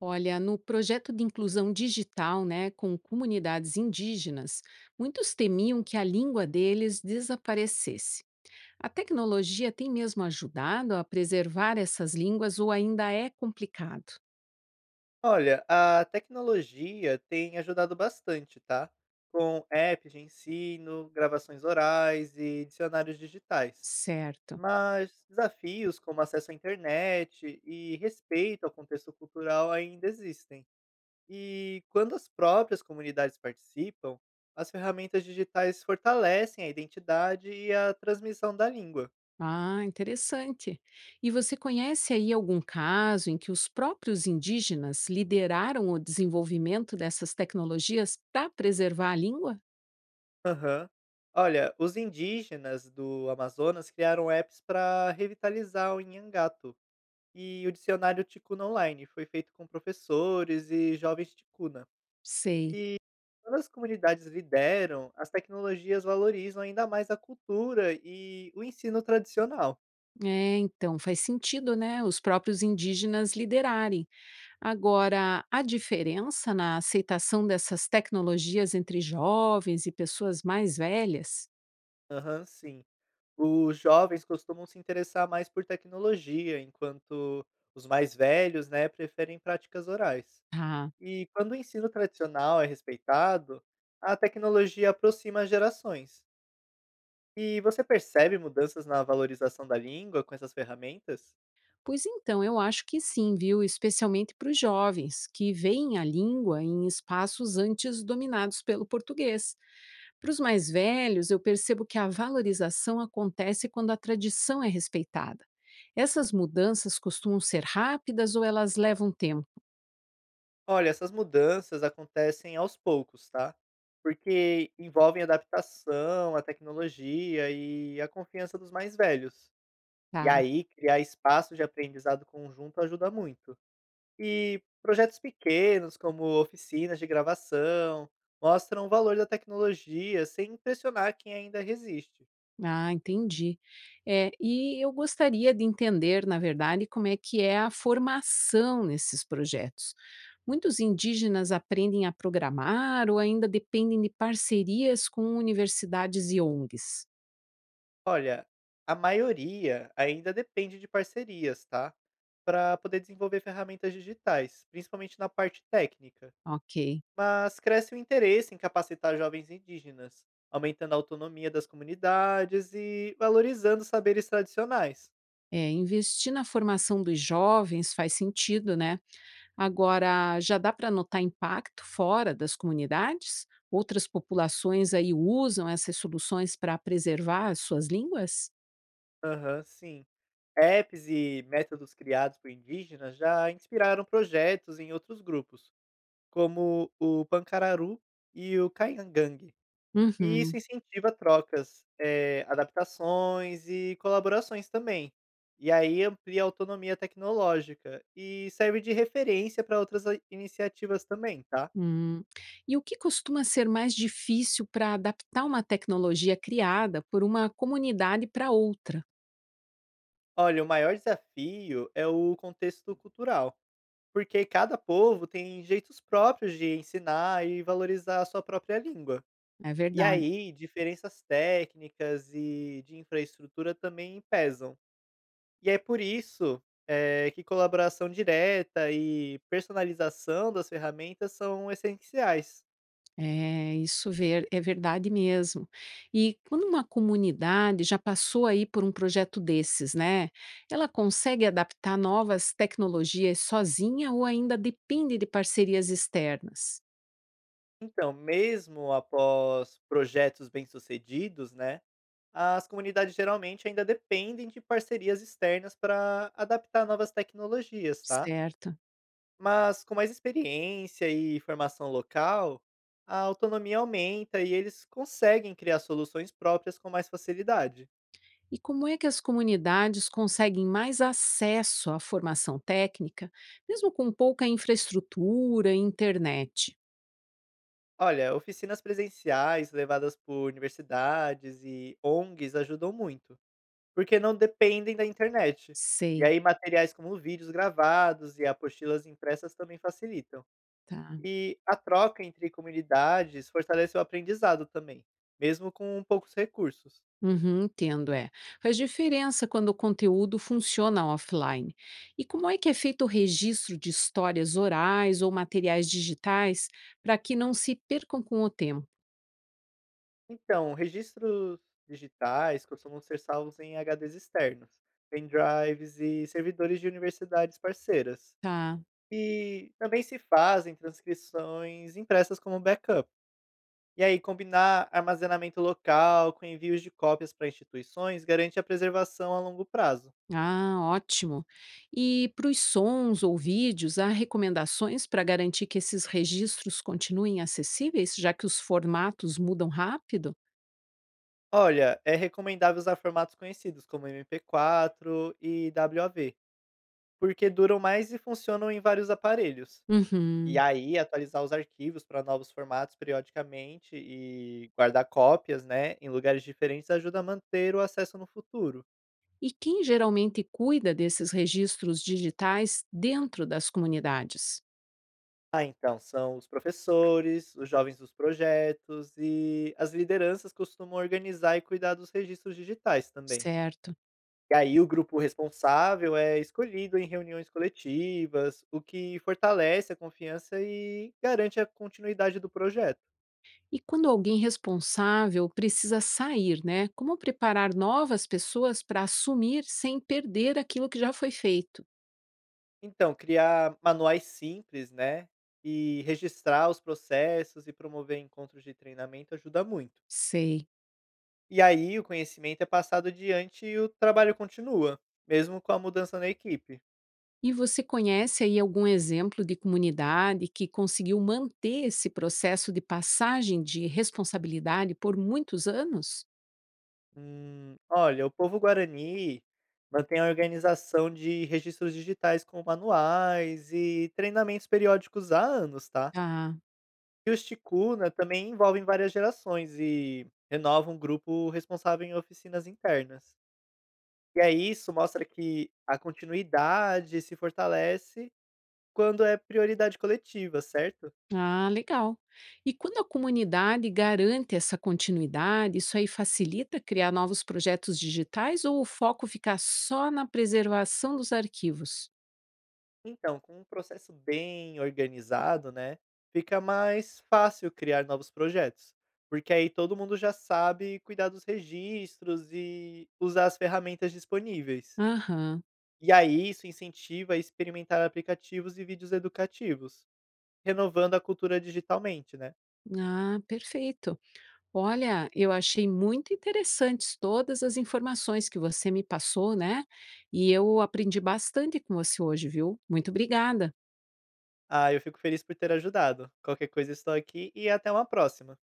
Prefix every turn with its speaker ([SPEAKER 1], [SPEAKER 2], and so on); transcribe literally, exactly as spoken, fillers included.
[SPEAKER 1] Olha, no projeto de inclusão digital, né, com comunidades indígenas, muitos temiam que a língua deles desaparecesse. A tecnologia tem mesmo ajudado a preservar essas línguas ou ainda é complicado?
[SPEAKER 2] Olha, a tecnologia tem ajudado bastante, tá? Com apps de ensino, gravações orais e dicionários digitais.
[SPEAKER 1] Certo.
[SPEAKER 2] Mas desafios como acesso à internet e respeito ao contexto cultural ainda existem. E quando as próprias comunidades participam, as ferramentas digitais fortalecem a identidade e a transmissão da língua.
[SPEAKER 1] Ah, interessante. E você conhece aí algum caso em que os próprios indígenas lideraram o desenvolvimento dessas tecnologias para preservar a língua?
[SPEAKER 2] Aham. Olha, os indígenas do Amazonas criaram apps para revitalizar o Inhangato e o dicionário Ticuna Online foi feito com professores e jovens Ticuna.
[SPEAKER 1] Sei.
[SPEAKER 2] E quando as comunidades lideram, as tecnologias valorizam ainda mais a cultura e o ensino tradicional.
[SPEAKER 1] É, então faz sentido, né? Os próprios indígenas liderarem. Agora, a diferença na aceitação dessas tecnologias entre jovens e pessoas mais velhas?
[SPEAKER 2] Aham, sim. Os jovens costumam se interessar mais por tecnologia, enquanto os mais velhos, né, preferem práticas orais.
[SPEAKER 1] Ah,
[SPEAKER 2] E quando o ensino tradicional é respeitado, a tecnologia aproxima as gerações. E você percebe mudanças na valorização da língua com essas ferramentas?
[SPEAKER 1] pois então, eu acho que sim, viu? Especialmente para os jovens, que veem a língua em espaços antes dominados pelo português. Para os mais velhos, eu percebo que a valorização acontece quando a tradição é respeitada. Essas mudanças costumam ser rápidas ou elas levam tempo?
[SPEAKER 2] Olha, essas mudanças acontecem aos poucos, tá? Porque envolvem adaptação à tecnologia e a confiança dos mais velhos. E
[SPEAKER 1] Tá?
[SPEAKER 2] aí, criar espaços de aprendizado conjunto ajuda muito. E projetos pequenos, como oficinas de gravação, mostram o valor da tecnologia sem impressionar quem ainda resiste.
[SPEAKER 1] Ah, entendi. É, e eu gostaria de entender, na verdade, como é que é a formação nesses projetos. Muitos indígenas aprendem a programar ou ainda dependem de parcerias com universidades e O N Gs.
[SPEAKER 2] Olha, a maioria ainda depende de parcerias, tá? Para poder desenvolver ferramentas digitais, principalmente na parte técnica.
[SPEAKER 1] Ok.
[SPEAKER 2] Mas cresce o interesse em capacitar jovens indígenas, aumentando a autonomia das comunidades e valorizando saberes tradicionais.
[SPEAKER 1] É, investir na formação dos jovens faz sentido, né? Agora, já dá para notar impacto fora das comunidades? Outras populações aí usam essas soluções para preservar as suas línguas?
[SPEAKER 2] Aham, sim. Apps e métodos criados por indígenas já inspiraram projetos em outros grupos, como o Pancararu e o Kaingang. E isso
[SPEAKER 1] Uhum.
[SPEAKER 2] incentiva trocas, eh, adaptações e colaborações também. E aí amplia a autonomia tecnológica e serve de referência para outras ah, iniciativas também, tá?
[SPEAKER 1] Hum. E o que costuma ser mais difícil para adaptar uma tecnologia criada por uma comunidade para outra?
[SPEAKER 2] Olha, o maior desafio é o contexto cultural, porque cada povo tem jeitos próprios de ensinar e valorizar a sua própria língua.
[SPEAKER 1] É
[SPEAKER 2] E
[SPEAKER 1] verdade.
[SPEAKER 2] aí, diferenças técnicas e de infraestrutura também pesam. E é por isso eh, que colaboração direta e personalização das ferramentas são essenciais.
[SPEAKER 1] É, isso ver, é verdade mesmo. E quando uma comunidade já passou aí por um projeto desses, né? Ela consegue adaptar novas tecnologias sozinha ou ainda depende de parcerias externas?
[SPEAKER 2] Então, mesmo após projetos bem-sucedidos, né? As comunidades geralmente ainda dependem de parcerias externas para adaptar novas tecnologias, tá?
[SPEAKER 1] Certo.
[SPEAKER 2] Mas com mais experiência e formação local, a autonomia aumenta e eles conseguem criar soluções próprias com mais facilidade.
[SPEAKER 1] E como é que as comunidades conseguem mais acesso à formação técnica, mesmo com pouca infraestrutura e internet?
[SPEAKER 2] Olha, oficinas presenciais levadas por universidades e O N Gs ajudam muito, porque não dependem da internet. E
[SPEAKER 1] Sei,
[SPEAKER 2] aí, materiais como vídeos gravados e apostilas impressas também facilitam.
[SPEAKER 1] tá.
[SPEAKER 2] E a troca entre comunidades fortalece o aprendizado também, mesmo com poucos recursos.
[SPEAKER 1] Uhum, entendo, é. Faz diferença quando o conteúdo funciona offline. E como é que é feito o registro de histórias orais ou materiais digitais para que não se percam com o tempo?
[SPEAKER 2] Então, registros digitais costumam ser salvos em H Ds externos, pendrives e servidores de universidades parceiras.
[SPEAKER 1] Tá.
[SPEAKER 2] E também se fazem transcrições impressas como backup. E aí, combinar armazenamento local com envios de cópias para instituições garante a preservação a longo prazo.
[SPEAKER 1] Ah, ótimo. E para os sons ou vídeos, há recomendações para garantir que esses registros continuem acessíveis, já que os formatos mudam rápido?
[SPEAKER 2] Olha, é recomendável usar formatos conhecidos como M P quatro e uáve, porque duram mais e funcionam em vários aparelhos. E
[SPEAKER 1] Uhum.
[SPEAKER 2] aí, atualizar os arquivos para novos formatos periodicamente e guardar cópias, né, em lugares diferentes ajuda a manter o acesso no futuro.
[SPEAKER 1] E quem geralmente cuida desses registros digitais dentro das comunidades?
[SPEAKER 2] Ah, então, são os professores, os jovens dos projetos e as lideranças costumam organizar e cuidar dos registros digitais também.
[SPEAKER 1] Certo.
[SPEAKER 2] E aí, o grupo responsável é escolhido em reuniões coletivas, o que fortalece a confiança e garante a continuidade do projeto.
[SPEAKER 1] E quando alguém responsável precisa sair, né? Como preparar novas pessoas para assumir sem perder aquilo que já foi feito?
[SPEAKER 2] Então, criar manuais simples, né, e registrar os processos e promover encontros de treinamento ajuda muito.
[SPEAKER 1] Sei.
[SPEAKER 2] E aí o conhecimento é passado adiante e o trabalho continua, mesmo com a mudança na equipe.
[SPEAKER 1] E você conhece aí algum exemplo de comunidade que conseguiu manter esse processo de passagem de responsabilidade por muitos anos?
[SPEAKER 2] Hum, olha, o povo guarani mantém a organização de registros digitais com manuais e treinamentos periódicos há anos, tá?
[SPEAKER 1] Ah,
[SPEAKER 2] E os Ticuna também envolvem várias gerações e renovam o grupo responsável em oficinas internas. E aí isso mostra que a continuidade se fortalece quando é prioridade coletiva, certo?
[SPEAKER 1] ah, legal. E quando a comunidade garante essa continuidade, isso aí facilita criar novos projetos digitais ou o foco fica só na preservação dos arquivos?
[SPEAKER 2] Então, com um processo bem organizado, né, fica mais fácil criar novos projetos, porque aí todo mundo já sabe cuidar dos registros e usar as ferramentas disponíveis.
[SPEAKER 1] Aham,
[SPEAKER 2] E aí isso incentiva a experimentar aplicativos e vídeos educativos, renovando a cultura digitalmente, né?
[SPEAKER 1] ah, perfeito. Olha, eu achei muito interessantes todas as informações que você me passou, né? E eu aprendi bastante com você hoje, viu? Muito obrigada.
[SPEAKER 2] Ah, eu fico feliz por ter ajudado. Qualquer coisa estou aqui e até uma próxima.